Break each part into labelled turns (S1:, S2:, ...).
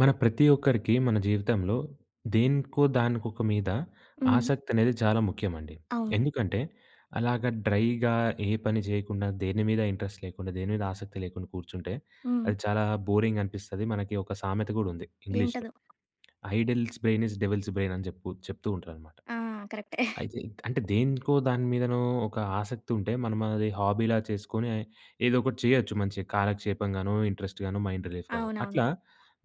S1: మన ప్రతి ఒక్కరికి మన జీవితంలో దేనికో దానికొక మీద
S2: హ్మ్.
S1: ఆసక్తి అనేది చాలా ముఖ్యమండి.
S2: అవును.
S1: ఎందుకంటే అలాగ డ్రైగా ఏ పని చేయకుండా దేని మీద ఇంట్రెస్ట్ లేకుండా, దేని మీద ఆసక్తి లేకుండా కూర్చుంటే
S2: హ్మ్.
S1: అది చాలా బోరింగ్ అనిపిస్తది. మనకి ఒక సామెత గూడా ఉంది ఇంగ్లీష్‌లో.
S2: ఏంటదో?
S1: Idle's brain is devil's brain అని చెప్తూ ఉంటారనమాట.
S2: ఆ! కరెక్టే.
S1: అయితే అంటే దేనికో దాని మీదనో ఒక ఆసక్తి ఉంటే మనం అది హాబీలా చేసుకొని ఏదో ఒకటి చేయొచ్చు మంచిగా కాలక్షేపంగానో, ఇంట్రెస్ట్‌గానో, మైండ్ రిలీఫ్‌గానో.
S2: అవునవును.
S1: అట్లా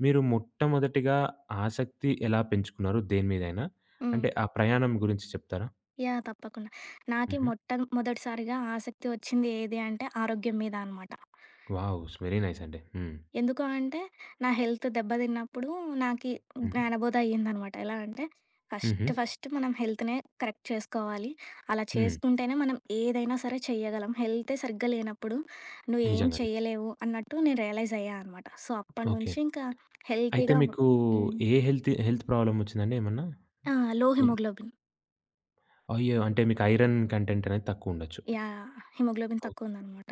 S1: మీరు మొట్టమొదటిగా ఆసక్తి ఎలా పెంచుకున్నారు దేని మీదైనా?
S2: హ్మ్.
S1: అంటే ఆ ప్రయాణం గురించి చెప్తారా?
S2: యాహ్! తప్పకుండా. నాకి
S1: హుహు.
S2: మొట్ట మొదటిసారిగా ఆసక్తి వచ్చింది ఏది అంటే ఆరోగ్యం మీద అనమాట.
S1: వావ్! ఇట్స్ వెరీ నైస్ అండి. హ్మ్.
S2: ఎందుకు అంటే నా హెల్త్ దెబ్బతిన్నప్పుడు నాకి
S1: హ్మ్.
S2: జ్ఞానబోధ అయ్యిందనమాట. ఎలా అంటే
S1: హుహు.
S2: ఫస్ట్ ఫస్ట్ మనం హెల్త్‌నే కరెక్ట్ చేసుకోవాలి. అలా
S1: హ్మ్.
S2: చేసుకుంటేనే మనం ఏదైనా సరే చెయ్యగలం. హెల్తే సరిగ్గా లేనప్పుడు నువ్వేం
S1: నిజంగా అండి.
S2: చెయ్యలేవు అన్నట్టు నేను రియలైజ్ అయ్యా అనమాట. So,
S1: okay.
S2: అప్పటినుంచి ఇంకా
S1: అయితే
S2: హెల్తీగా.
S1: మీకు
S2: హ్మ్.
S1: ఏ హెల్త్ హెల్త్ ప్రాబ్లమ్ వచ్చిందండి ఏమన్నా?
S2: ఆ! లో
S1: హ్మ్.
S2: హిమోగ్లోబిన్.
S1: అయ్యో! అంటే మీకు ఐరన్ కంటెంట్ అనేది తక్కువ ఉండొచ్చు.
S2: యాహ్! హిమోగ్లోబిన్ తక్కువుందనమాట.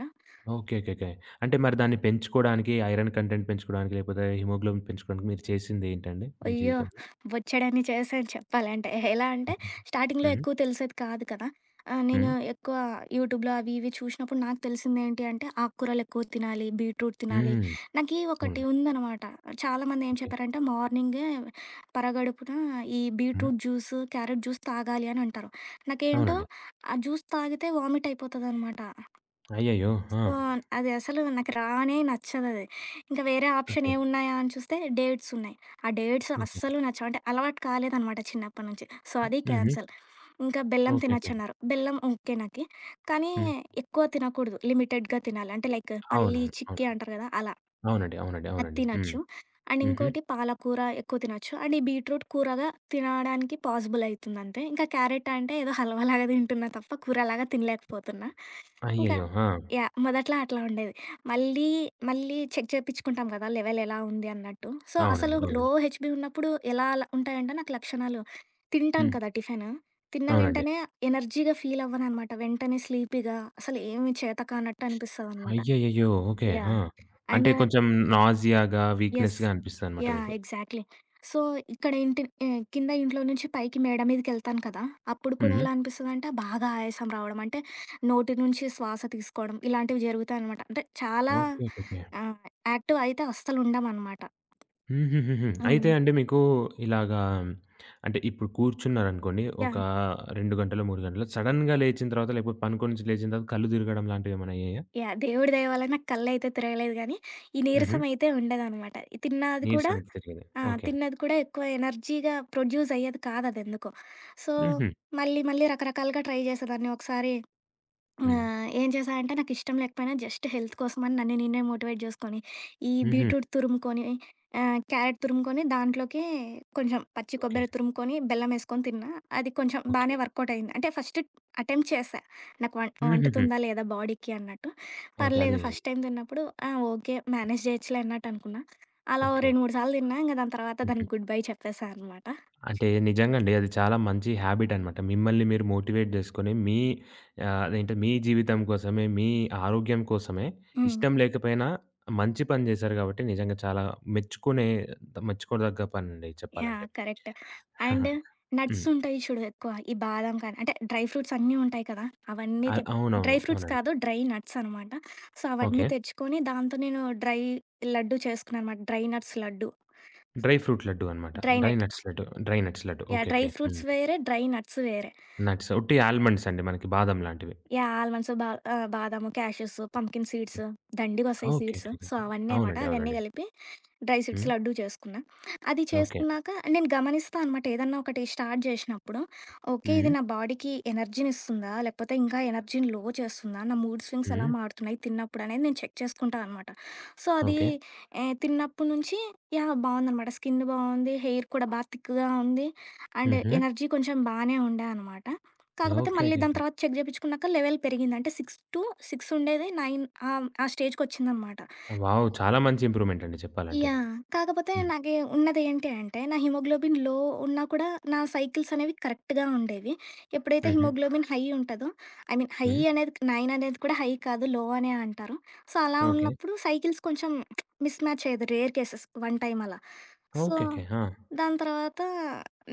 S1: ఓకే. ఓకే. ఓకే. అంటే మరి దాన్ని పెంచుకోడానికి ఐరన్ కంటెంట్ పెంచుకోడానికి లేకపోతే హిమోగ్లోబిన్ పెంచుకోడానికి మీరు చేసిందేంటండి మీ
S2: అయ్యో!
S1: జీవితంలో?
S2: బొచ్చెడన్ని చేశాను చెప్పాలంటే. ఎలా అంటే, స్టార్టింగ్‌లో
S1: హ్మ్.
S2: ఎక్కువ తెలిసేది కాదు కదా! నేను
S1: హ్మ్.
S2: ఎక్కువ యూట్యూబ్‌లో అవి ఇవి చూసినప్పుడు నాకు తెలిసిందేంటి అంటే, ఆకుకూరలెక్కువ తినాలి, బీట్రూట్ తినాలి.
S1: హ్మ్.
S2: నాకీ ఒకటి
S1: అవునండి.
S2: ఉందనమాట. చాలామంది ఏం
S1: ఓకే.
S2: చెప్పారంటే, మార్నింగే పరగడుపున ఈ
S1: హ్మ్.
S2: బీట్రూట్ జ్యూసు, క్యారెట్ జ్యూస్ తాగాలి అని అంటారు. నాకేంటో
S1: అవునండి.
S2: ఆ జ్యూస్ తాగితే వామిట్ అయిపోతదనమాట.
S1: అయ్యయ్యో! ఆ!
S2: సో, అది అసలు నాకు రానే నచ్చదది. ఇంకా వేరే ఆప్షన్
S1: ఓకే.
S2: ఏమున్నాయా అని చూస్తే డేట్స్ ఉన్నాయి. ఆ డేట్స్
S1: ఓకే.
S2: అస్సలు నచ్చవు. అంటే అలవాటు కాలేదనమాట చిన్నప్పటి నుంచి. సో, అది
S1: హుహు.
S2: క్యాన్సల్. ఇంకా
S1: ఓకే.
S2: బెల్లం
S1: ఓకే.
S2: తినొచ్చన్నారు. బెల్లం ఓకే నాకి. కానీ
S1: హ్మ్.
S2: ఎక్కువ తినకూడదు. లిమిటెడ్‌గా తినాలి. అంటే లైక్ పల్లి,
S1: అవునవును. అవును.
S2: చిక్కీ అంటారు కదా! అలా.
S1: అవునండి. అవునండి.
S2: అది
S1: అవునండి. హ్మ్.
S2: తినొచ్చు. అండ్
S1: హుహు.
S2: ఇంకోటి పాలకూర ఎక్కువ తినొచ్చు. అండ్ ఈ బీట్రూట్ కూరగా తినడానికి పాసిబుల్ అయితుందంతే. ఇంకా క్యారెట్ అంటే ఏదో హల్వా లాగా తింటున్నా తప్ప కూరలాగా తినలేకపోతున్నా. ఇంకా
S1: అయ్యయ్యో! ఆ!
S2: యాహ్! మొదట్లో అట్లా ఉండేది. మళ్ళీ, మళ్ళీ చెక్ చేపిచ్చుకుంటాం కదా! లెవెల్ ఎలా ఉంది అన్నట్టు. సో, అసలు
S1: అవునండి.
S2: లో
S1: అవునండి.
S2: హెచ్‌బీ ఉన్నప్పుడు ఎలా ఉంటాయంటే నాకు లక్షణాలు తింటాను
S1: హ్మ్.
S2: కదా! టిఫిను. తిన్న
S1: అవునండి.
S2: వెంటనే ఎనర్జీగా ఫీల్ అవ్వననమాట. వెంటనే స్లీపీగా అసలు ఏమి చేత కానట్టు అనిపిస్తదనమాట.
S1: అయ్యయ్యయ్యో! ఓకే. ఆ!
S2: యాహ్!
S1: అంటే
S2: అండ్
S1: కొంచెం నాసియాగా,
S2: యెస్.
S1: వీక్‌నెస్‌గా అనిపిస్తదనమాట
S2: యాహ్!
S1: మీకు.
S2: ఎగ్జాక్ట్‌లీ. సో, ఇక్కడ ఇంటి కింద ఇంట్లో నుంచి పైకి మేడ మీదకెళ్తాను కదా! అప్పుడు కూడా
S1: హ్మ్.
S2: ఎలా అనిపిస్తదంటే, బాగా ఆయాసం రావడం. అంటే నోటి నుంచి శ్వాస తీసుకోవడం ఇలాంటివి జరుగుతాయనమాట. అంటే చాలా
S1: okay. Okay. Okay.
S2: Ah, active అయితే అస్సలుండమనమాట.
S1: హుహుహుహు. అయితే
S2: హ్మ్.
S1: అండి మీకు ఇలాగా అంటే ఇప్పుడు కూర్చున్నారనుకోండి. ఒక
S2: యాహ్!
S1: 2 గంటలో, 3 గంటలో సడెన్‌గా లేచిన తర్వాత లేకపోతే పనుకొని నుంచి లేచిన తర్వాత కళ్ళు తిరగడం లాంటివి ఏమైనా అయ్యాయా?
S2: యాహ్! దేవుడి దయ వల్ల నాకు కళ్ళైతే తిరగలేదు గానీ, ఈ
S1: హుహు.
S2: నీరసం అయితే ఉండేదనమాట. తిన్నది కూడా
S1: నీరసం ఎక్కువ తిరిగేది.
S2: ఆ!
S1: ఓకే.
S2: తిన్నది కూడా ఎక్కువ ఎనర్జీగా ప్రొడ్యూస్ అయ్యేది కాదదెందుకో. సో,
S1: హుహు.
S2: మళ్ళీ మళ్ళీ రకరకాలుగా ట్రై చేసేదాన్ని. ఒకసారి ఆ!
S1: హ్మ్.
S2: ఏం చేశా అంటే నాకిష్టం లేకపోయినా జస్ట్ హెల్త్ కోసమని నన్ను నేనే మోటివేట్ జేసుకొని, ఈ
S1: హుహు.
S2: బీట్రూట్ తురుముకొని, క్యారెట్ తురుముకొని దాంట్లోకి కొంచెం పచ్చి
S1: ఓకే.
S2: కొబ్బరి తురుముకొని, బెల్లమేసుకొని తిన్నా. అది కొంచెం
S1: ఓకే.
S2: బానే వర్కౌట్ అయింది. అంటే ఫస్ట్ అటెంప్ట్ చేశా. నాకు
S1: హుహుహు.
S2: వంటుతుందా లేదా బాడీకి అన్నట్టు.
S1: ఓకే. అది.
S2: పర్లేదు ఫస్ట్ టైమ్ తిన్నప్పుడు ఆ! ఓకే. మేనేజ్ చేయొచ్చులే అన్నట్టనుకున్నా. అలా ఓ
S1: ఓకే.
S2: 2, 3 సార్లు తిన్నా. ఇంక దాని తర్వాత
S1: హ్మ్.
S2: దానికి గుడ్ బై చెప్పేసా అనమాట.
S1: అంటే నిజంగా అండి. అది చాలా మంచి హ్యాబిట్ అనమాట. మిమ్మల్ని మీరు మోటివేట్ చేసుకొని మీ అదేంటి మీ జీవితం కోసమే, మీ ఆరోగ్యం కోసమే
S2: హ్మ్.
S1: ఇష్టం లేకపోయినా మంచి పని చేశారు కాబట్టి నిజంగా చాలా మెచ్చుకునే మెచ్చుకోదగ్గ పనండి చెప్పాలంటే.
S2: యాహ్! కరెక్ట్. అండ్ నట్స్
S1: హ్మ్.
S2: ఉంటాయి చూడు ఎక్కువ. ఈ బాదం కానీ అంటే డ్రై ఫ్రూట్స్ అన్నీ ఉంటాయి కదా! అవన్నీ తె
S1: అవునవును.
S2: డ్రై ఫ్రూట్స్
S1: అవునండి.
S2: కాదు. డ్రై నట్స్ అనమాట. సో, అవన్నీ
S1: ఓకే.
S2: తెచ్చుకొని దాంతో నేను డ్రై లడ్డు చేసుకున్నాను అనమాట. Dry nuts laddu.
S1: Dry fruit laddu అనమాట.
S2: Dry
S1: dry
S2: nut
S1: nuts laddu. Dry nuts laddu.
S2: Yeah!
S1: Okay.
S2: Dry
S1: okay. Hmm.
S2: Fruits వేరే, డ్రై నట్స్ వేరే.
S1: నట్స్ ఉట్టి ఆల్మండ్స్ అండి మనకి బాదం లాంటివి.
S2: యాహ్! ఆల్మండ్స్, బాదాము, క్యాషెస్, పంప్కిన్ సీడ్స్ దండిగొస్తాయి
S1: okay.
S2: Seeds.
S1: Okay.
S2: So,
S1: okay.
S2: అవన్నీ అనమాట.
S1: అవునండి.
S2: అవన్నీ
S1: అవునండి.
S2: కలిపి డ్రై సీడ్స్
S1: హ్మ్.
S2: లడ్డూ చేసుకున్నా. అది
S1: ఓకే.
S2: చేసుకున్నాక నేను గమనిస్తా అనమాట ఏదన్నా ఒకటి స్టార్ట్ చేసినప్పుడు, ఓకే
S1: హ్మ్.
S2: ఇది నా బాడీకి ఎనర్జీనిస్తుందా? లేకపోతే ఇంకా ఎనర్జీని లో చేస్తుందా? నా మూడ్ స్వింగ్స్ ఎలా
S1: హ్మ్.
S2: మారుతున్నాయి తిన్నప్పుడు అనేది నేను చెక్ చేసుకుంటా అనమాట. సో, అది
S1: ఓకే.
S2: తిన్నప్పటి నుంచి యాహ్! బావుందనమాట. స్కిన్ బావుంది, హెయిర్ కూడా థిక్‌గా ఉంది. అండ్
S1: హుహు.
S2: ఎనర్జీ కొంచెం బానే ఉండే అనమాట.
S1: ఓకే.
S2: కాకపోతే మళ్ళీ
S1: ఓకే.
S2: దాని
S1: ఓకే.
S2: తర్వాత చెక్ చేపించుకున్నాక లెవెల్ పెరిగింది. అంటే 6-6 ఉండేది 9. ఆ స్టేజ్‌కొచ్చిందనమాట.
S1: వావ్! చాలా మంచి ఇంప్రూవ్‌మెంట్ అండి చెప్పాలంటే.
S2: యాహ్! కాకపోతే
S1: హ్మ్.
S2: నాకి ఉన్నది ఏంటి అంటే, నా హిమోగ్లోబిన్ లో ఉన్నా కూడా నా సైకిల్స్ అనేవి కరెక్ట్‌గా ఉండేవి. ఎప్పుడైతే
S1: హుహు.
S2: హిమోగ్లోబిన్ హై ఉంటదో ఐ మీన్ హై
S1: హ్మ్.
S2: అనేది 9 అనేది కూడా హై కాదు, లో అనే అంటారు. సో, అలా
S1: ఓకే.
S2: ఉన్నప్పుడు సైకిల్స్ కొంచెం మిస్ మ్యాచ్ అయ్యేది. రేర్ కేసెస్ వన్ టైమ్ అలా. So,
S1: okay. ఓకే. ఆ!
S2: దాని తర్వాత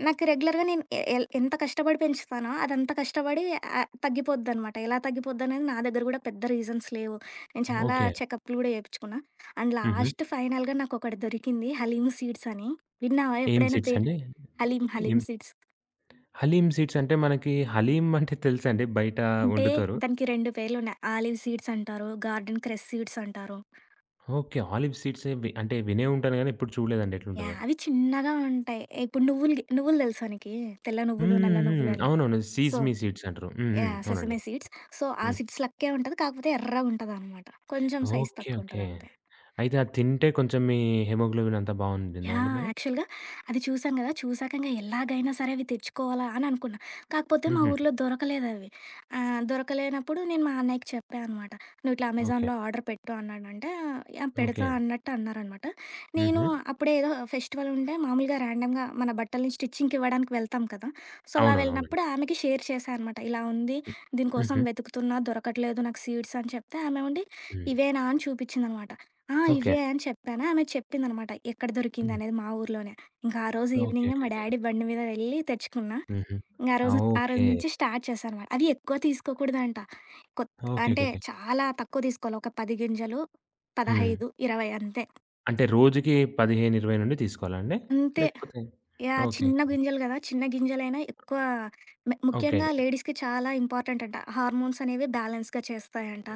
S2: నాకు రెగ్యులర్‌గా నేను ఎ ఎల్ ఎంత కష్టపడి పెంచుతానో అదంతా కష్టపడి తగ్గిపోద్దనమాట. ఎలా తగ్గిపోద్దనేది నా దగ్గర కూడా పెద్ద రీజన్స్ లేవు. నేను చాలా
S1: ఓకే.
S2: చెకప్‌లు కూడా చేపించుకున్నా. అండ్
S1: హుహు.
S2: లాస్ట్ ఫైనల్‌గా నాకొకటి దొరికింది. హలీమ్ సీడ్స్ అని. విన్నావా
S1: ఏం
S2: ఎప్పుడైనా
S1: సీడ్స్
S2: పేరు?
S1: అండి?
S2: హలీమ్,
S1: ఏం
S2: హలీమ్ సీడ్స్.
S1: హలీమ్ సీడ్స్ అంటే మనకి హలీమ్ అంటే తెలుసండి బయట
S2: అంటే
S1: వండుతారు.
S2: దానికి 2 పేర్లున్నాయి. ఆలివ్ సీడ్స్ అంటారు. గార్డెన్ క్రెస్ సీడ్స్ అంటారు.
S1: ఓకే. ఆలివ్ సీడ్స్ వి అంటే వినే ఉంటాను గానీ ఎప్పుడు చూడలేదండి ఎట్లుంటదో.
S2: యాహ్! అవి చిన్నగా ఉంటాయి. ఇప్పుడు నువ్వులు తెలుసా నీకి? తెల్ల
S1: హ్మ్.
S2: నువ్వులు, నల్ల
S1: హ్మ్. హ్మ్.
S2: నువ్వులని.
S1: అవునవును.
S2: సో
S1: సీస్మీ సీడ్స్ అంటారు. హ్మ్. హ్మ్.
S2: యాహ్!
S1: అవునండి.
S2: Sesame seeds. సో, ఆ
S1: హ్మ్.
S2: సీడ్స్ లెక్కే ఉంటది. కాకపోతే ఎర్రగుంటదనమాట. కొంచెం సైజ్
S1: ఓకే. ఓకే.
S2: తక్కువుంటదంతే.
S1: అయితే అది తింటే కొంచెం మీ హిమోగ్లోబిన్ అంతా బావుండిందా అండి
S2: యాహ్!
S1: మరి?
S2: యాక్చువల్‌గా అది చూసాను గదా! చూసాక ఇంగ ఎలాగైనా సరే అవి తెచ్చుకోవాలా అని అనుకున్నా. కాకపోతే మా
S1: హుహు.
S2: ఊర్లో దొరకలేదవి. దొరకలేనప్పుడు నేను మా అన్నయ్యకి చెప్పా అనమాట. "నువ్వు ఇట్లా
S1: ఓకే.
S2: అమెజాన్‌లో ఆర్డర్ పెట్టు" అన్నాడంటే, యాహ్!
S1: ఓకే.
S2: పెడతా అన్నట్టు అన్నారనమాట. నేను
S1: హుహు.
S2: అప్పుడే ఏదో ఫెస్టివల్ ఉంటే మామూలుగా ర్యాండమ్‌గా మన బట్టలని స్టిచ్చింగ్‌కి ఇవ్వడానికి వెళ్తాం కదా! సో, అలా
S1: అవునవును. అవునండి.
S2: వెళ్ళినప్పుడు ఆమెకి షేర్ చేశా అనమాట. ఇలా ఉంది
S1: హ్మ్.
S2: దీనికోసం
S1: హుహు.
S2: వెతుకుతున్నా దొరకట్లేదు నాకు సీడ్స్ అని చెప్తే, ఆమె ఉండి
S1: హ్మ్.
S2: ఇవేనా అని చూపించిందనమాట. ఆ!
S1: ఓకే.
S2: ఇవే అని చెప్పాను. ఆమె చెప్పిందనమాట. ఎక్కడ
S1: హ్మ్.
S2: దొరికిందనేది మా ఊర్లోనే. ఇంకా ఆ రోజు
S1: ఓకే.
S2: ఈవినింగే
S1: ఓకే.
S2: మా
S1: ఓకే.
S2: డ్యాడీ బండి మీద వెళ్ళి తెచ్చుకున్నా.
S1: హుహు.
S2: ఇంగ ఆ
S1: ఆ!
S2: రోజు ఆ రోజు
S1: ఓకే.
S2: నుంచి స్టార్ట్ చేశా అనమాట. అది ఎక్కువ తీసుకోకూడదంట. కొత్
S1: ఓకే. ఓకే.
S2: అంటే
S1: ఓకే.
S2: చాలా తక్కువ తీసుకోవాలి. ఒక 10 గింజలు,
S1: హ్మ్.
S2: 15, 20 అంతే.
S1: అంటే రోజుకి 15, 20 నుండి తీసుకోవాలా అండి?
S2: అంతే.
S1: లేకపోతే
S2: యాహ్!
S1: ఓకే.
S2: చిన్న గింజలు గదా! చిన్న గింజలైనా ఎక్కువ
S1: ఓకే.
S2: ముఖ్యంగా లేడీస్‌కి చాలా ఇంపార్టెంట్ అంట. హార్మోన్స్ అనేవి బ్యాలెన్స్‌గా చేస్తాయంట.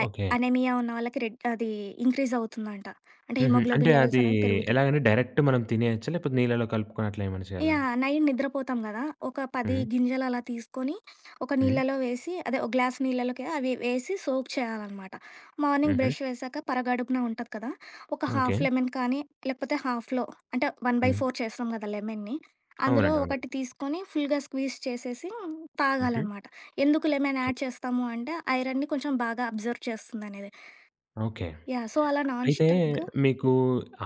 S2: అయ్
S1: ఓకే.
S2: అనీమియా ఉన్న వాళ్ళకి రెడ్ అది ఇంక్రీజ్ అవుతుందంట. అంటే
S1: హుహు. అంటే
S2: హిమోగ్లోబిన్ లెవెల్స్
S1: అది
S2: అనేవి పెరుగుతాయి.
S1: ఎలాగండి డైరెక్ట్ మనం తినేయొచ్చా? లేకపోతే నీళ్ళలో కలుపుకొని అట్లా ఏమైనా చేయాలండి?
S2: యాహ్! నైట్ నిద్రపోతాం గదా! ఒక 10
S1: హుహు.
S2: గింజలు అలా తీసుకొని, ఒక
S1: హ్మ్.
S2: నీళ్ళలో వేసి అదే ఒక గ్లాస్ నీళ్ళలోకి అవి వేసి సోక్ చేయాలనమాట. మార్నింగ్
S1: హుహు.
S2: బ్రష్ వేశాక పరగడుపున ఉంటది కదా! ఒక
S1: ఓకే.
S2: హాఫ్ లెమన్ కానీ, లేకపోతే హాఫ్‌లో అంటే
S1: హ్మ్.
S2: 1/4 చేస్తాం కదా లెమన్‌ని. అందులో
S1: అవునండి. అవునండి.
S2: ఒకటి తీసుకొని ఫుల్‌గా స్క్వీజ్ చేసేసి
S1: హుహు.
S2: తాగాలనమాట. ఎందుకు లెమన్
S1: ఓకే.
S2: యాడ్ చేస్తాము అంటే, ఐరన్‌ని కొంచెం బాగా అబ్జర్వ్ చేస్తుందనేది.
S1: ఓకే.
S2: యాహ్! సో, అలా నాన్
S1: అయితే
S2: స్టాప్‌గా.
S1: మీకు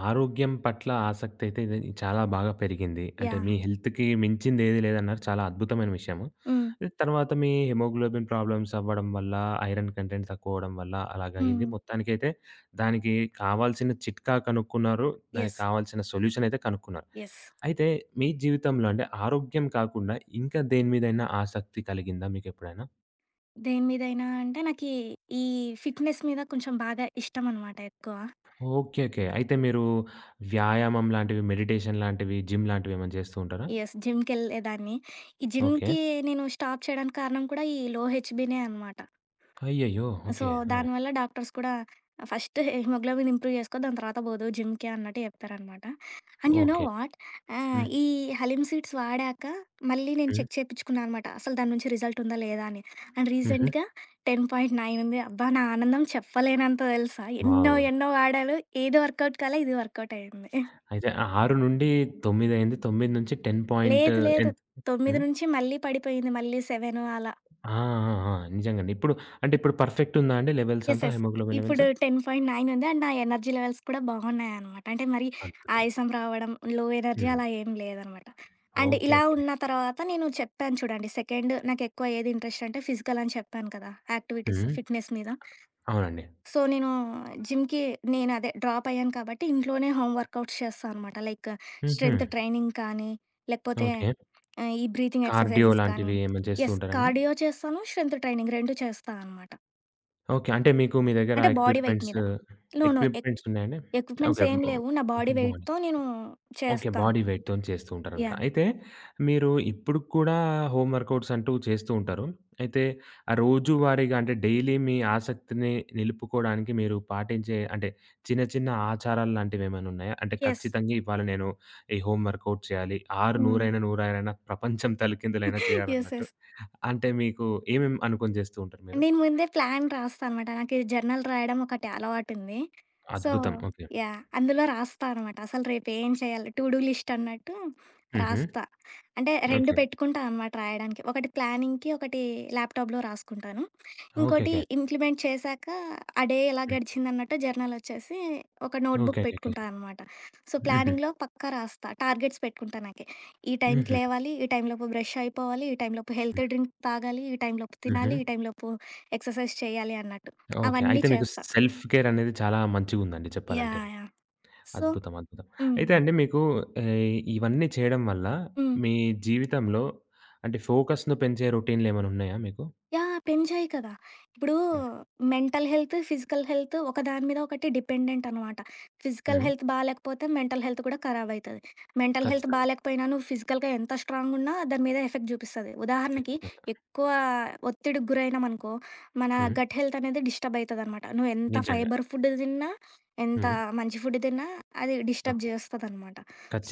S1: ఆరోగ్యం పట్ల ఆసక్తయితే ఇది చాలా బాగా పెరిగింది. అంటే
S2: యాహ్!
S1: మీ హెల్త్‌కి మించిందేది లేదన్నారు. చాలా అద్భుతమైన విషయము.
S2: హ్మ్.
S1: తర్వాత మీ హిమోగ్లోబిన్ ప్రాబ్లమ్స్ అవ్వడం వల్ల, ఐరన్ కంటెంట్ తక్కువవ్వడం వల్ల అలాగయింది.
S2: హ్మ్.
S1: మొత్తానికైతే దానికి కావాల్సిన చిట్కా కనుక్కున్నారు. దానికి
S2: యెస్.
S1: కావాల్సిన సొల్యూషనయితే కనుక్కున్నారు.
S2: యెస్.
S1: అయితే మీ జీవితంలో అంటే ఆరోగ్యం కాకుండా ఇంకా దేని మీదైనా ఆసక్తి కలిగిందా మీకెప్పుడైనా?
S2: దేని మీదైనా అంటే నాకీ ఈ ఫిట్‌నెస్ మీద కొంచెం బాగా ఇష్టమనమాట ఎక్కువ.
S1: ఓకే. ఓకే. అయితే మీరు వ్యాయామం లాంటివి, మెడిటేషన్ లాంటివి, జిమ్ లాంటివేమైనా చేస్తూ ఉంటారా?
S2: యెస్. జిమ్‌కెళ్ళేదాన్ని. ఈ
S1: ఓకే.
S2: జిమ్‌కి నేను స్టాప్ చేయడానికి కారణం కూడా ఈ లో హెచ్‌బీనే అనమాట.
S1: అయ్యయ్యో!
S2: So,
S1: okay. ఆ!
S2: దానివల్ల డాక్టర్స్ కూడా ఫస్ట్ హిమోగ్లోబిన్ ఇంప్రూవ్ చేసుకో దాని తర్వాత పోదువు జిమ్‌కి అన్నట్టు చెప్పారనమాట. And you know
S1: okay.
S2: What
S1: hmm.
S2: ఈ హలీమ్ సీడ్స్ వాడాక మళ్ళీ నేను
S1: హ్మ్.
S2: చెక్ చేపిచ్చుకున్నా అనమాట. అసలు దాని నుంచి రిజల్ట్ ఉందా లేదా అని. అండ్
S1: హుహు.
S2: రీసెంట్‌గా 10.9 ఉంది. అబ్బా! నా ఆనందం చెప్పలేనంత తెలుసా! ఎన్నో
S1: వావ్!
S2: ఎన్నో వాడాను. ఏది వర్కౌట్ కాలే, ఇది వర్కౌట్ అయింది.
S1: అయితే 6-9 అయింది. 9-10 పాయింట్
S2: లేదు లేదు
S1: ఎంత?
S2: 9
S1: హ్మ్.
S2: నుంచి మళ్ళీ పడిపోయింది. మళ్ళీ 7 అలా.
S1: ఆ! ఆ! ఆ! నిజంగండి. ఇప్పుడు అంటే ఇప్పుడు పర్ఫెక్ట్ ఉందా అండి లెవెల్స్
S2: యెస్.
S1: అంతా
S2: యెస్.
S1: Haemoglobin levels?
S2: ఇప్పుడు 10.9 ఉంది. అండ్ నా ఎనర్జీ లెవెల్స్ కూడా బాగున్నాయనమాట. అంటే మరి
S1: అద్భుతం.
S2: ఆయాసం రావడం, లో ఎనర్జీ
S1: హ్మ్.
S2: అలా ఏం లేదనమాట. And
S1: okay.
S2: ఇలా
S1: ఓకే.
S2: ఉన్న తర్వాత నేను చెప్పాను చూడండి సెకండ్ నాకెక్కువ ఏది ఇంట్రెస్ట్ అంటే ఫిజికల్ అని చెప్పాను కదా! యాక్టివిటీస్,
S1: హ్మ్.
S2: ఫిట్‌నెస్ మీద.
S1: అవునండి.
S2: సో, నేను జిమ్‌కి నేను అదే డ్రాప్ అయ్యాను కాబట్టి ఇంట్లోనే హోమ్ వర్కౌట్స్ చేస్తా అనమాట. లైక్
S1: హుహు.
S2: స్ట్రెంత్ ట్రైనింగ్ కానీ, లేకపోతే
S1: ఓకే.
S2: ఈ బ్రీతింగ్
S1: కార్డియో
S2: ఎక్సర్‌సైజెస్ కానీ.
S1: లాంటివి ఏమైనా చేస్తూ
S2: యెస్.
S1: ఉంటారా అండి?
S2: కార్డియో చేస్తాను, స్ట్రెంత్ ట్రైనింగ్ 2 చేస్తా అనమాట.
S1: ఓకే. అంటే మీకు మీ దగ్గర ఆ
S2: అంటే బాడీ వెయిట్ మీద. నో. నో.
S1: ఎక్విప్‌మెంట్స్ ఉన్నాయండి?
S2: Equipments
S1: okay.
S2: ఏం
S1: హ్మ్.
S2: లేవు. నా బాడీ
S1: ఓకే.
S2: వెయిట్‌తో నేను
S1: ఓకే.
S2: చేస్తాను.
S1: బాడీ వెయిట్‌తోని చేస్తూ ఉంటారనమాట.
S2: యాహ్!
S1: అయితే మీరు ఇప్పుడు కూడా హోమ్ వర్కౌట్స్ అంటూ చేస్తూ ఉంటారు. అయితే ఆ రోజువారీగా అంటే డైలీ మీ ఆసక్తిని నిలుపుకోవడానికి మీరు పాటించే అంటే చిన్న చిన్న ఆచారాలు లాంటివేమైనా ఉన్నాయా? అంటే
S2: యెస్.
S1: ఖచ్చితంగా ఇవాళ నేను ఈ హోమ్ వర్కౌట్ చేయాలి. ఆరు
S2: హ్మ్.
S1: నూరైన నూరారైన ప్రపంచం తలకిందులైనా
S2: యెస్.
S1: చేయాలన్నట్టు.
S2: యెస్.
S1: అంటే మీకు ఏమేమి అనుకొని చేస్తూ ఉంటారు మీరు?
S2: నేను ముందే ప్లాన్ రాస్తా అనమాట. నాకు ఈ జర్నల్ రాయడం ఒకటి అలవాటుంది. సో,
S1: అద్భుతం. ఓకే.
S2: యాహ్! అందులో రాస్తా అనమాట. అసలు రేపేం చేయాలి? టు డూ లిస్ట్ అన్నట్టు
S1: హుహు.
S2: రాస్తా. అంటే 2
S1: ఓకే.
S2: పెట్టుకుంటా అనమాట రాయడానికి. ఒకటి ప్లానింగ్‌కి, ఒకటి ల్యాప్‌టాప్‌లో రాసుకుంటాను. ఇంకోటి
S1: ఓకేకే.
S2: ఇంప్లిమెంట్ చేశాక ఆ డే ఎలా
S1: హ్మ్.
S2: గడిచిందన్నట్టు జర్నల్ వచ్చేసి ఒక నోట్‌బుక్
S1: ఓకేకేకే.
S2: పెట్టుకుంటా అనమాట. సో,
S1: హుహు.
S2: ప్లానింగ్‌లో పక్కా రాస్తా. టార్గెట్స్ పెట్టుకుంటా నాకే. ఈ టైంకి
S1: హుహు.
S2: లేవాలి, ఈ టైంలోపు బ్రష్ అయిపోవాలి, ఈ టైంలోపు
S1: హ్మ్.
S2: హెల్త్ డ్రింక్ తాగాలి, ఈ టైంలోపు
S1: హుహు.
S2: తినాలి, ఈ టైంలోపు ఎక్సర్సైజ్ చేయాలి అన్నట్టు.
S1: ఓకే.
S2: అవన్నీ
S1: అయితే మీకు
S2: చేస్తా.
S1: సెల్ఫ్ కేర్ అనేది చాలా మంచిగుందండి చెప్పాలంటే.
S2: యాహ్! యాహ్! సో.
S1: అద్భుతం. అద్భుతం.
S2: హ్మ్.
S1: అయితే అండి మీకు ఇవన్నీ చేయడం వల్ల
S2: హ్మ్.
S1: మీ జీవితంలో అంటే ఫోకస్‌ను పెంచే రొటీన్‌లేమైనా ఉన్నాయా మీకు?
S2: యాహ్! పెంచాయి కదా! ఇప్పుడు
S1: హ్మ్.
S2: మెంటల్ హెల్త్, ఫిజికల్ హెల్త్ ఒకదాని మీద ఒకటి డిపెండెంట్ అనమాట. ఫిజికల్
S1: హ్మ్.
S2: హెల్త్ బాలేకపోతే మెంటల్ హెల్త్ కూడా ఖరాబయితది. మెంటల్ హెల్త్
S1: ఖచ్చితంగా.
S2: బాలేకపోయినా నువ్వు ఫిజికల్‌గా ఎంత స్ట్రాంగున్నా దాని మీద ఎఫెక్ట్ చూపిస్తది. ఉదాహరణకి
S1: ఖచ్చితంగా.
S2: ఎక్కువ ఒత్తిడికి గురైనామనుకో, మన
S1: హ్మ్.
S2: గట్ హెల్త్ అనేది డిస్టర్బ్ అయితదనమాట. నువ్వు ఎంత
S1: నిజంగా.
S2: ఫైబర్ ఫుడ్ తిన్నా, ఎంత
S1: హ్మ్.
S2: మంచి ఫుడ్ తిన్నా అది డిస్టర్బ్
S1: ఓకే.
S2: చేస్తదనమాట.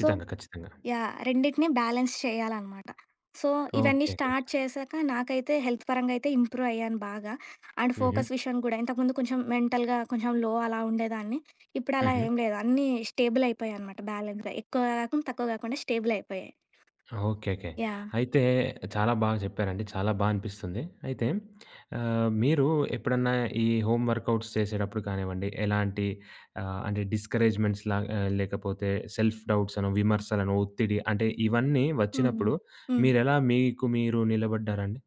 S2: సో
S1: ఖచ్చితంగా.
S2: యాహ్! రెండిటిని బ్యాలెన్స్ చేయాలనమాట. సో, ఇవన్నీ
S1: ఓకేకేకే.
S2: స్టార్ట్ చేశాక నాకైతే హెల్త్ పరంగా అయితే ఇంప్రూవ్ అయ్యాను బాగా. అండ్
S1: హుహు.
S2: ఫోకస్ విషయం గూడా ఇంతకుముందు కొంచెం మెంటల్‌గా కొంచెం లో అలా ఉండేదాన్ని. ఇప్పుడు అలా
S1: హుహు.
S2: ఏం లేదు. అన్నీ స్టేబుల్ అయిపోయాయనమాట బ్యాలెన్స్‌గా. ఎక్కువ గాకుండా, తక్కువ గాకుండా స్టేబుల్ అయిపోయాయి.
S1: ఓకే. ఓకే.
S2: యాహ్!
S1: అయితే చాలా బాగా చెప్పారండి. చాలా బా అనిపిస్తుంది. అయితే మీరు ఎప్పుడన్నా ఈ హోమ్ వర్కౌట్స్ చేసేటప్పుడు కానివ్వండి, ఎలాంటి అంటే డిస్కరేజ్‌మెంట్స్ లా లేకపోతే సెల్ఫ్ డౌట్స్ అనో, విమర్శలను, ఒత్తిడి అంటే ఇవన్నీ
S2: హ్మ్. హ్మ్.
S1: వచ్చినప్పుడు
S2: హ్మ్.
S1: మీరెలా మీకు మీరు నిలబడ్డారండి?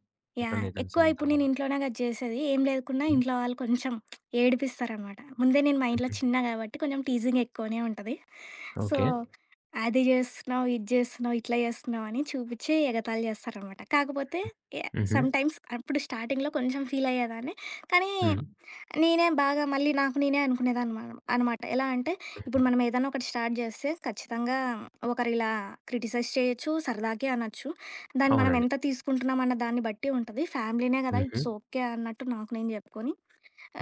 S2: యాహ్!
S1: ఎప్పుడన్నా ఏదైనా
S2: ఎక్కువ ఇప్పుడు నేను
S1: సందర్భంలో?
S2: ఇంట్లోనే గదా జేసేది. ఏం లేకున్నా
S1: హ్మ్.
S2: ఇంట్లో వాళ్ళు కొంచెం ఏడిపిస్తారనమాట. ముందే నేను మా ఇంట్లో
S1: హుహు.
S2: చిన్న గాబట్టి కొంచెం టీజింగ్ ఎక్కువనే ఉంటది. So,
S1: okay.
S2: అది జేస్తున్నావు, ఇది జేస్తున్నావు, ఇట్లా జేస్తున్నావు అని చూపిచ్చి ఎగతాళి జేస్తారనమాట. కాకపోతే ఎ
S1: హుహు.
S2: సమ్‌టైమ్స్ అప్పుడు స్టార్టింగ్‌లో కొంచెం ఫీలయ్యేదాన్ని. కానీ
S1: హ్మ్.
S2: నేనే బాగా మళ్ళీ నాకు నేనే అనుకునేదాన్నమా అనమాట. ఎలా అంటే,
S1: హుహు.
S2: ఇప్పుడు మనం ఏదన్నా ఒకటి స్టార్ట్ జేస్తే ఖచ్చితంగా ఒకరిలా క్రిటిసైజ్ చేయొచ్చు, సరదాకే అనొచ్చు. దాన్ని మనం
S1: అవునండి.
S2: ఎంత తీసుకుంటున్నాం అన్న దాన్ని బట్టి ఉంటది. ఫ్యామిలీనే గదా!
S1: హుహు.
S2: ఇట్స్ ఓకే అన్నట్టు నాకు నేను జెప్పుకొని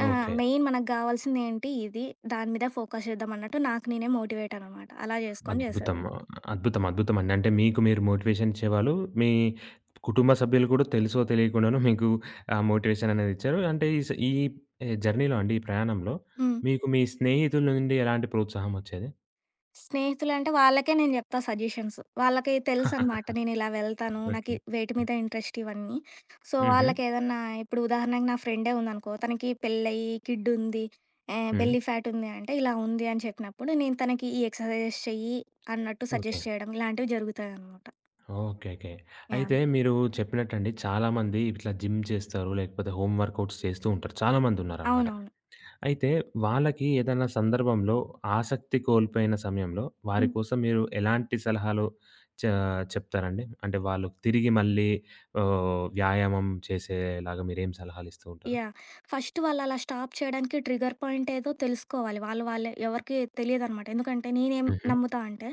S2: ఆ!
S1: ఓకే.
S2: మెయిన్ మనకు గావాల్సిందేంటి ఇది. దాని మీద ఫోకస్ చేద్దాం అన్నట్టు నాకు నేనే మోటివేట్ అనమాట. అలా చేసుకొని
S1: అద్భుతం.
S2: చేసేదాన్ని.
S1: అద్భుతం. అద్భుతమండి. అంటే మీకు మీరు మోటివేషన్ ఇచ్చేవాళ్ళు. మీ కుటుంబ సభ్యులు కూడా తెలుసో తెలియకుండానో మీకు ఆ మోటివేషన్ అనేది ఇచ్చారు. అంటే ఈ జర్నీలో అండి, ఈ ప్రయాణంలో
S2: హ్మ్.
S1: మీకు మీ స్నేహితుల నుండి ఎలాంటి ప్రోత్సాహం వచ్చేది?
S2: స్నేహితులంటే వాళ్ళకే నేను జెప్తా సజెషన్స్. వాళ్ళకి తెలుసనమాట నేనిలా వెళ్తాను.
S1: ఓకే.
S2: నాకి వేటి
S1: హ్మ్.
S2: మీద ఇంట్రెస్ట్ ఇవన్నీ. సో,
S1: హుహు.
S2: వాళ్ళకేదన్నా ఇప్పుడు ఉదాహరణకి నా ఫ్రెండే ఉందనుకో, తనకి పెళ్ళయ్యి కిడ్డుంది,
S1: హ్మ్.
S2: బెల్లీ ఫ్యాట్ ఉంది అంటే, ఇలా ఉంది అని చెప్పినప్పుడు నేను తనకి ఈ ఎక్సర్‌సైజెస్ చెయ్యి అన్నట్టు
S1: ఓకే.
S2: సజెస్ట్ చేయడం ఇలాంటివి జరుగుతాయనమాట.
S1: ఓకే. ఓకే. అయితే
S2: యాహ్!
S1: మీరు చెప్పినట్టండి చాలామంది ఇట్లా జిమ్ చేస్తారు, లేకపోతే హోమ్ వర్కౌట్స్ చేస్తూ ఉంటారు. చాలామందున్నారనమాట.
S2: అవునవును.
S1: అయితే వాళ్ళకి ఏదైనా సందర్భంలో ఆసక్తి కోల్పోయిన సమయంలో వారి
S2: హ్మ్.
S1: కోసం మీరు ఎలాంటి సలహాలు చ చెప్తారండి? అంటే వాళ్ళు తిరిగి మళ్ళీ వ్యాయామం చేసేలాగా మీరేం సలహాలు ఇస్తూ ఉంటారు?
S2: యాహ్! ఫస్ట్ వాళ్ళలా స్టాప్ చేయడానికి ట్రిగ్గర్ పాయింట్ ఏదో తెలుసుకోవాలి. వాళ్ళు వాళ్ళే ఎవరికీ తెలియదనమాట. ఎందుకంటే నేనేం
S1: హుహు.
S2: నమ్ముతా అంటే,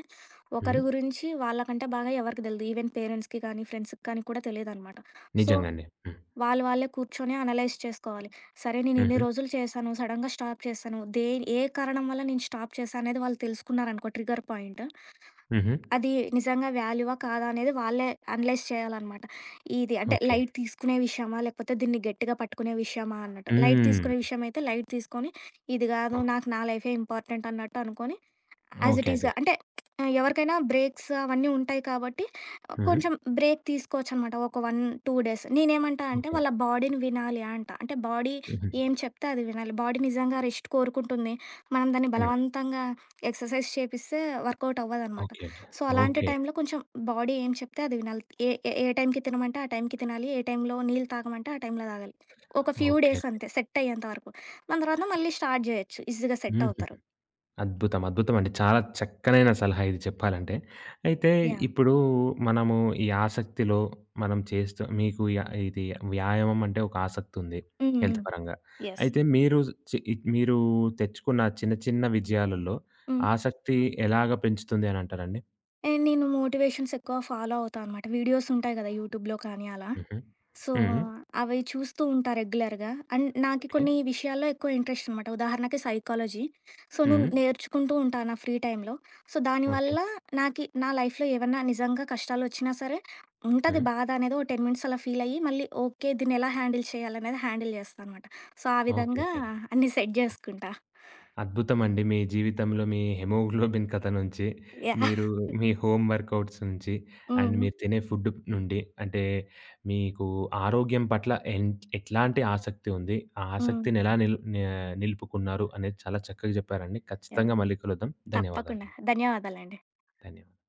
S1: హ్మ్.
S2: ఒకరి గురించి వాళ్ళకంటే బాగా ఎవరికి తెలీదు. ఈవెన్ పేరెంట్స్‌కి కానీ, ఫ్రెండ్స్‌కి కానీ కూడా తెలీదనమాట. సో,
S1: నిజంగా అండి. హ్మ్.
S2: వాళ్ళు వాళ్ళే కూర్చొని అనలైజ్ చేసుకోవాలి. సరే నేను ఇన్ని
S1: హుహు.
S2: రోజులు చేశాను, సడెన్‌గా స్టాప్ చేశాను. ఏ కారణం వల్ల నేను స్టాప్ చేశా అనేది వాళ్ళు తెలుసుకున్నారనుకో ట్రిగ్గర్ పాయింట్.
S1: హుహు.
S2: అది నిజంగా వాల్యూవా కాదా అనేది వాళ్ళే అనలైజ్ చేయాలన్నమాట. ఇది అంటే
S1: ఓకే.
S2: లైట్ తీసుకునే విషయమా? లేకపోతే దీన్ని గట్టిగా పట్టుకునే విషయమా అన్నట్టు. లైట్ తీసుకునే
S1: హ్మ్.
S2: విషయం అయితే లైట్ తీసుకొని, ఇది గాదు
S1: ఓకే.
S2: నాకు నా లైఫే ఇంపార్టెంట్ అన్నట్టు అనుకోని, యాజ్
S1: ఓకే.
S2: It
S1: okay.
S2: ఈస్‌గా. అంటే ఆ, ఎవరికైనా బ్రేక్స్ అవన్నీ ఉంటాయి కాబట్టి
S1: హుహు.
S2: కొంచెం బ్రేక్ తీసుకోవచ్చనమాట. ఒక 1, 2 డేస్. నేనేమంటా అంటే
S1: ఓకే.
S2: వాళ్ళ బాడీని వినాలి అంట. అంటే బాడీ
S1: హుహు.
S2: ఏం చెప్తే అది వినాలి. బాడీ నిజంగా రెస్ట్ కోరుకుంటుంది. మనం దాన్ని
S1: హ్మ్.
S2: బలవంతంగా ఎక్సర్సైజ్ చేపిస్తే వర్కౌట్ అవ్వదనమాట.
S1: ఓకే. ఓకే.
S2: సో, అలాంటి
S1: ఓకే.
S2: టైంలో కొంచెం బాడీ ఏం చెప్తే అది వినాలి. ఏ ఏ ఏ టైంకి తినమంటే ఆ టైంకి తినాలి. ఏ టైంలో నీళ్ళు తాగమంటే ఆ టైంలో తాగాలి. ఒక ఫ్యూ
S1: ఓకే.
S2: డేస్ అంతే సెట్ అయ్యేంత వరకు. దాని తర్వాత మళ్ళీ స్టార్ట్ జేయొచ్చు. ఈజీగా సెట్
S1: హుహు.
S2: అవుతారు.
S1: అద్భుతం. అద్భుతం అండి. చాలా చక్కనైన సలహా ఇది చెప్పాలంటే. అయితే
S2: యాహ్!
S1: ఇప్పుడు మనము ఈ ఆసక్తిలో మనం చేస్తూ మీకు య ఇది వ్యాయామం అంటే ఒక ఆసక్తుంది
S2: హ్మ్.
S1: హెల్త్ పరంగా.
S2: యెస్.
S1: అయితే మీరు మీరు తెచ్చుకున్న చిన్న చిన్న విజయాలలో
S2: హ్మ్.
S1: ఆసక్తి ఎలాగ పెంచుతుంది అనంటారండి?
S2: అండ్ నేను మోటివేషన్స్ ఎక్కువ ఫాలో అవుతా అనమాట. వీడియోస్ ఉంటాయి కదా యూట్యూబ్‌లో కానీ అలా.
S1: హుహు.
S2: సో,
S1: హ్మ్.
S2: అవి చూస్తూ ఉంటా రెగ్యులర్‌గా. అండ్ నాకి
S1: ఓకే.
S2: కొన్ని విషయాల్లో ఎక్కువ ఇంట్రెస్ట్ అనమాట. ఉదాహరణకి సైకాలజీ. సో,
S1: హ్మ్.
S2: నేను నేర్చుకుంటూ ఉంటా నా ఫ్రీ టైమ్‌లో. So,
S1: okay.
S2: దానివల్ల నాకి నా లైఫ్‌లో ఏవన్నా నిజంగా కష్టాలొచ్చినా సరే ఉంటది
S1: హ్మ్.
S2: బాధ అనేది ఓ 10 మినిట్స్ అలా ఫీల్ అయ్యి మళ్ళీ ఓకే. దీన్నెలా హ్యాండిల్ చేయాలనేది హ్యాండిల్ చేస్తా అనమాట. సో, ఆ
S1: ఓకే.
S2: విధంగా
S1: ఓకే.
S2: అన్నీ సెట్ జేసుకుంటా.
S1: అద్భుతమండి. మీ జీవితంలో మీ హెమోగ్లోబిన్ కథ నుంచి,
S2: యాహ్!
S1: మీరు మీ హోమ్ వర్కౌట్స్ నుంచి, అండ్
S2: హ్మ్.
S1: మీరు తినే ఫుడ్ నుండి, అంటే మీకు ఆరోగ్యం పట్ల ఎట్లాంటి ఆసక్తి ఉంది? ఆ
S2: హ్మ్.
S1: ఆసక్తిని ఎలా నిల్ ని నిలుపుకున్నారు అనేది చాలా చక్కగా చెప్పారండి.
S2: యాహ్!
S1: ఖచ్చితంగా మళ్ళీ కలుద్దాం.
S2: తప్పకుండా.
S1: ధన్యవాదాలండి.
S2: ధన్యవాదాలండి.
S1: ధన్యవాదాలు.